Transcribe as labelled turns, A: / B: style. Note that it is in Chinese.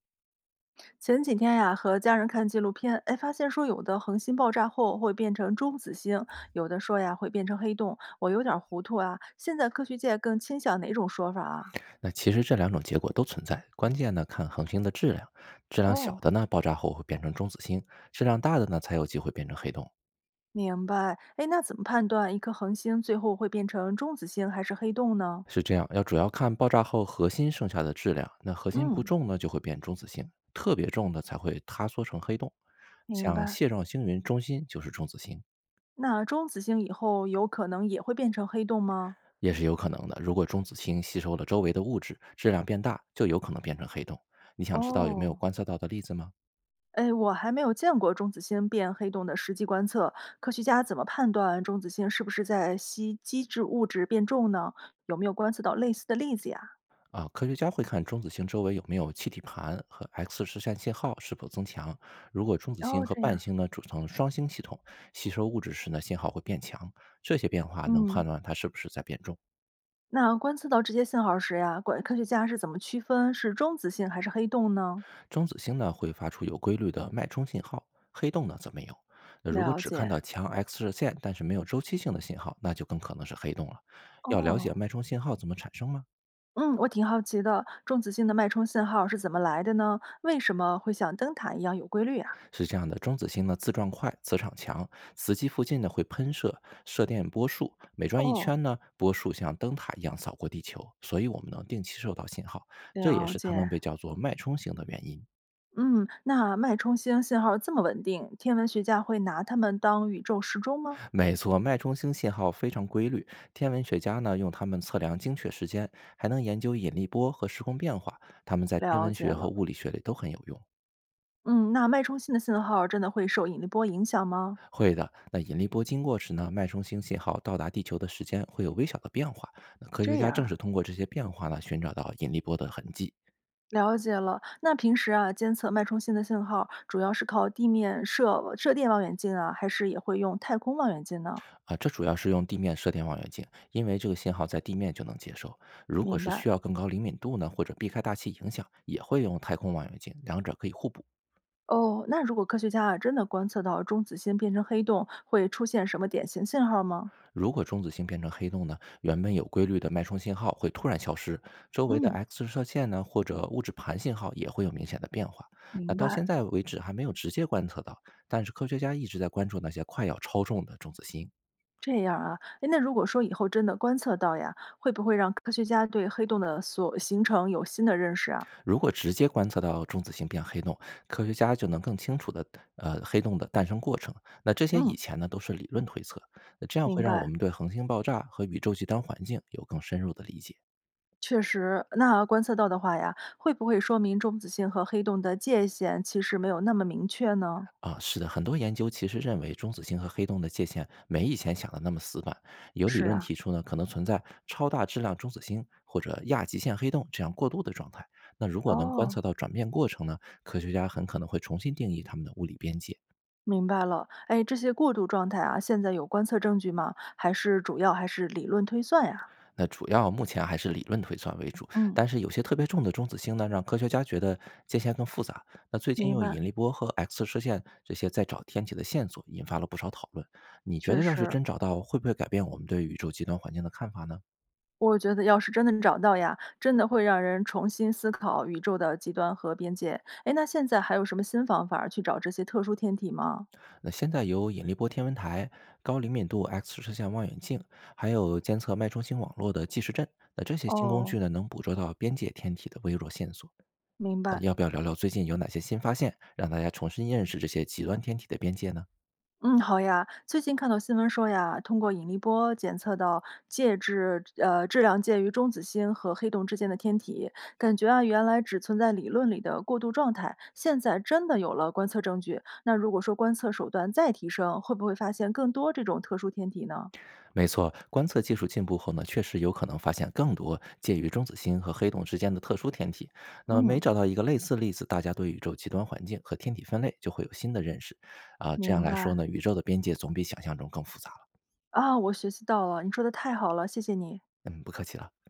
A: 前几天呀，和家人看纪录片，哎，发现说有的恒星爆炸后会变成中子星，有的说呀会变成黑洞，我有点儿糊涂啊。现在科学界更倾向哪种说法啊？
B: 那其实这两种结果都存在，关键呢看恒星的质量，质量小
A: 哦，
B: 的呢爆炸后会变成中子星，质量大的呢才有机会变成黑洞。
A: 明白。哎，那怎么判断一颗恒星最后会变成中子星还是黑洞呢？
B: 是这样，要主要看爆炸后核心剩下的质量，那核心不
A: 嗯，
B: 重呢就会变中子星，特别重的才会塌缩成黑洞。
A: 明
B: 像
A: 白。
B: 蟹状星云中心就是中子星，
A: 那中子星以后有可能也会变成黑洞吗？
B: 也是有可能的。如果中子星吸收了周围的物质，质量变大，就有可能变成黑洞。你想知道有没有
A: 哦，
B: 观测到的例子吗？
A: 哎，我还没有见过中子星变黑洞的实际观测。科学家怎么判断中子星是不是在吸基质物质变重呢？有没有观测到类似的例子呀？
B: 啊，科学家会看中子星周围有没有气体盘和 X 射线信号是否增强。如果中子
A: 然
B: 星
A: 后
B: 和
A: 这
B: 伴
A: 样，
B: 星呢组成双星系统，吸收物质时呢信号会变强，这些变化能
A: 嗯，
B: 判断它是不是在变重。
A: 那观测到这些信号时呀，管科学家是怎么区分是中子星还是黑洞呢？
B: 中子星呢会发出有规律的脉冲信号，黑洞呢则没有。那如果
A: 了
B: 只看
A: 解。
B: 到强 X 射线，但是没有周期性的信号，那就更可能是黑洞了。要了解
A: 哦，
B: 脉冲信号怎么产生吗？
A: 嗯，我挺好奇的，中子星的脉冲信号是怎么来的呢？为什么会像灯塔一样有规律啊？
B: 是这样的，中子星呢自转快，磁场强，磁极附近呢会喷射射电波束，每转一
A: 哦，
B: 圈呢，波束像灯塔一样扫过地球，所以我们能定期收到信号，这也
A: 了
B: 是它们
A: 解。
B: 被叫做脉冲星的原因。
A: 嗯，那脉冲星信号这么稳定，天文学家会拿它们当宇宙时钟吗？
B: 没错，脉冲星信号非常规律，天文学家呢用它们测量精确时间，还能研究引力波和时空变化，它们在天
A: 了
B: 文
A: 解
B: 学和
A: 了。
B: 物理学里都很有用。
A: 嗯，那脉冲星的信号真的会受引力波影响吗？
B: 会的。那引力波经过时呢，脉冲星信号到达地球的时间会有微小的变化。那科学
A: 这
B: 家
A: 样
B: 正
A: 啊，
B: 是通过这些变化呢，寻找到引力波的痕迹
A: 了解了。那平时啊，监测脉冲星的信号主要是靠地面射射电望远镜啊，还是也会用太空望远镜呢？
B: 啊。这主要是用地面射电望远镜，因为这个信号在地面就能接收。如果
A: 明
B: 是
A: 白。
B: 需要更高灵敏度呢，或者避开大气影响，也会用太空望远镜，两者可以互补。
A: 哦，那如果科学家啊真的观测到中子星变成黑洞，会出现什么典型信号吗？
B: 如果中子星变成黑洞呢，原本有规律的脉冲信号会突然消失，周围的
A: 嗯，
B: X 射线呢或者物质盘信号也会有明显的变化。那
A: 明
B: 到
A: 白。
B: 现在为止还没有直接观测到，但是科学家一直在关注那些快要超重的中子星。
A: 这样啊，诶，那如果说以后真的观测到呀，会不会让科学家对黑洞的所形成有新的认识啊？
B: 如果直接观测到中子星变黑洞，科学家就能更清楚的黑洞的诞生过程。那这些
A: 嗯，
B: 以前呢都是理论推测，那这样
A: 明
B: 会让我
A: 白，
B: 们对恒星爆炸和宇宙极端环境有更深入的理解。
A: 确实。那观测到的话呀，会不会说明中子星和黑洞的界限其实没有那么明确呢？
B: 啊，是的，很多研究其实认为中子星和黑洞的界限没以前想的那么死板。有理
A: 是
B: 论
A: 啊，
B: 提出呢，可能存在超大质量中子星或者亚极限黑洞这样过渡的状态。那如果能观
A: 哦，
B: 测到转变过程呢，科学家很可能会重新定义它们的物理边界。
A: 明白了。哎，这些过渡状态啊，现在有观测证据吗？还是主要还是理论推算呀？
B: 那主要目前还是理论推算为主，
A: 嗯，
B: 但是有些特别重的中子星呢，让科学家觉得界限更复杂。那最近
A: 明
B: 用
A: 白，
B: 引力波和 X 射线这些在找天体的线索，引发了不少讨论。你觉
A: 确
B: 得要是
A: 实。
B: 真找到，会不会改变我们对宇宙极端环境的看法呢？
A: 我觉得要是真的找到呀，真的会让人重新思考宇宙的极端和边界。诶，那现在还有什么新方法儿去找这些特殊天体吗？
B: 那现在有引力波天文台、高灵敏度 X 射线望远镜，还有监测脉冲星网络的计时阵，那这些新工具
A: 哦，
B: 呢，能捕捉到边界天体的微弱线索。
A: 明白。
B: 要不要聊聊最近有哪些新发现，让大家重新认识这些极端天体的边界呢？
A: 嗯，好呀。最近看到新闻说呀，通过引力波检测到介质质量介于中子星和黑洞之间的天体，感觉啊原来只存在理论里的过渡状态，现在真的有了观测证据。那如果说观测手段再提升，会不会发现更多这种特殊天体呢？
B: 没错，观测技术进步后呢，确实有可能发现更多介于中子星和黑洞之间的特殊天体。那么每
A: 嗯，
B: 找到一个类似例子，大家对宇宙极端环境和天体分类就会有新的认识。啊、这样
A: 明
B: 来说
A: 白。
B: 呢，宇宙的边界总比想象中更复杂了。
A: 啊，我学习到了，你说的太好了，谢谢你。
B: 嗯，不客气了。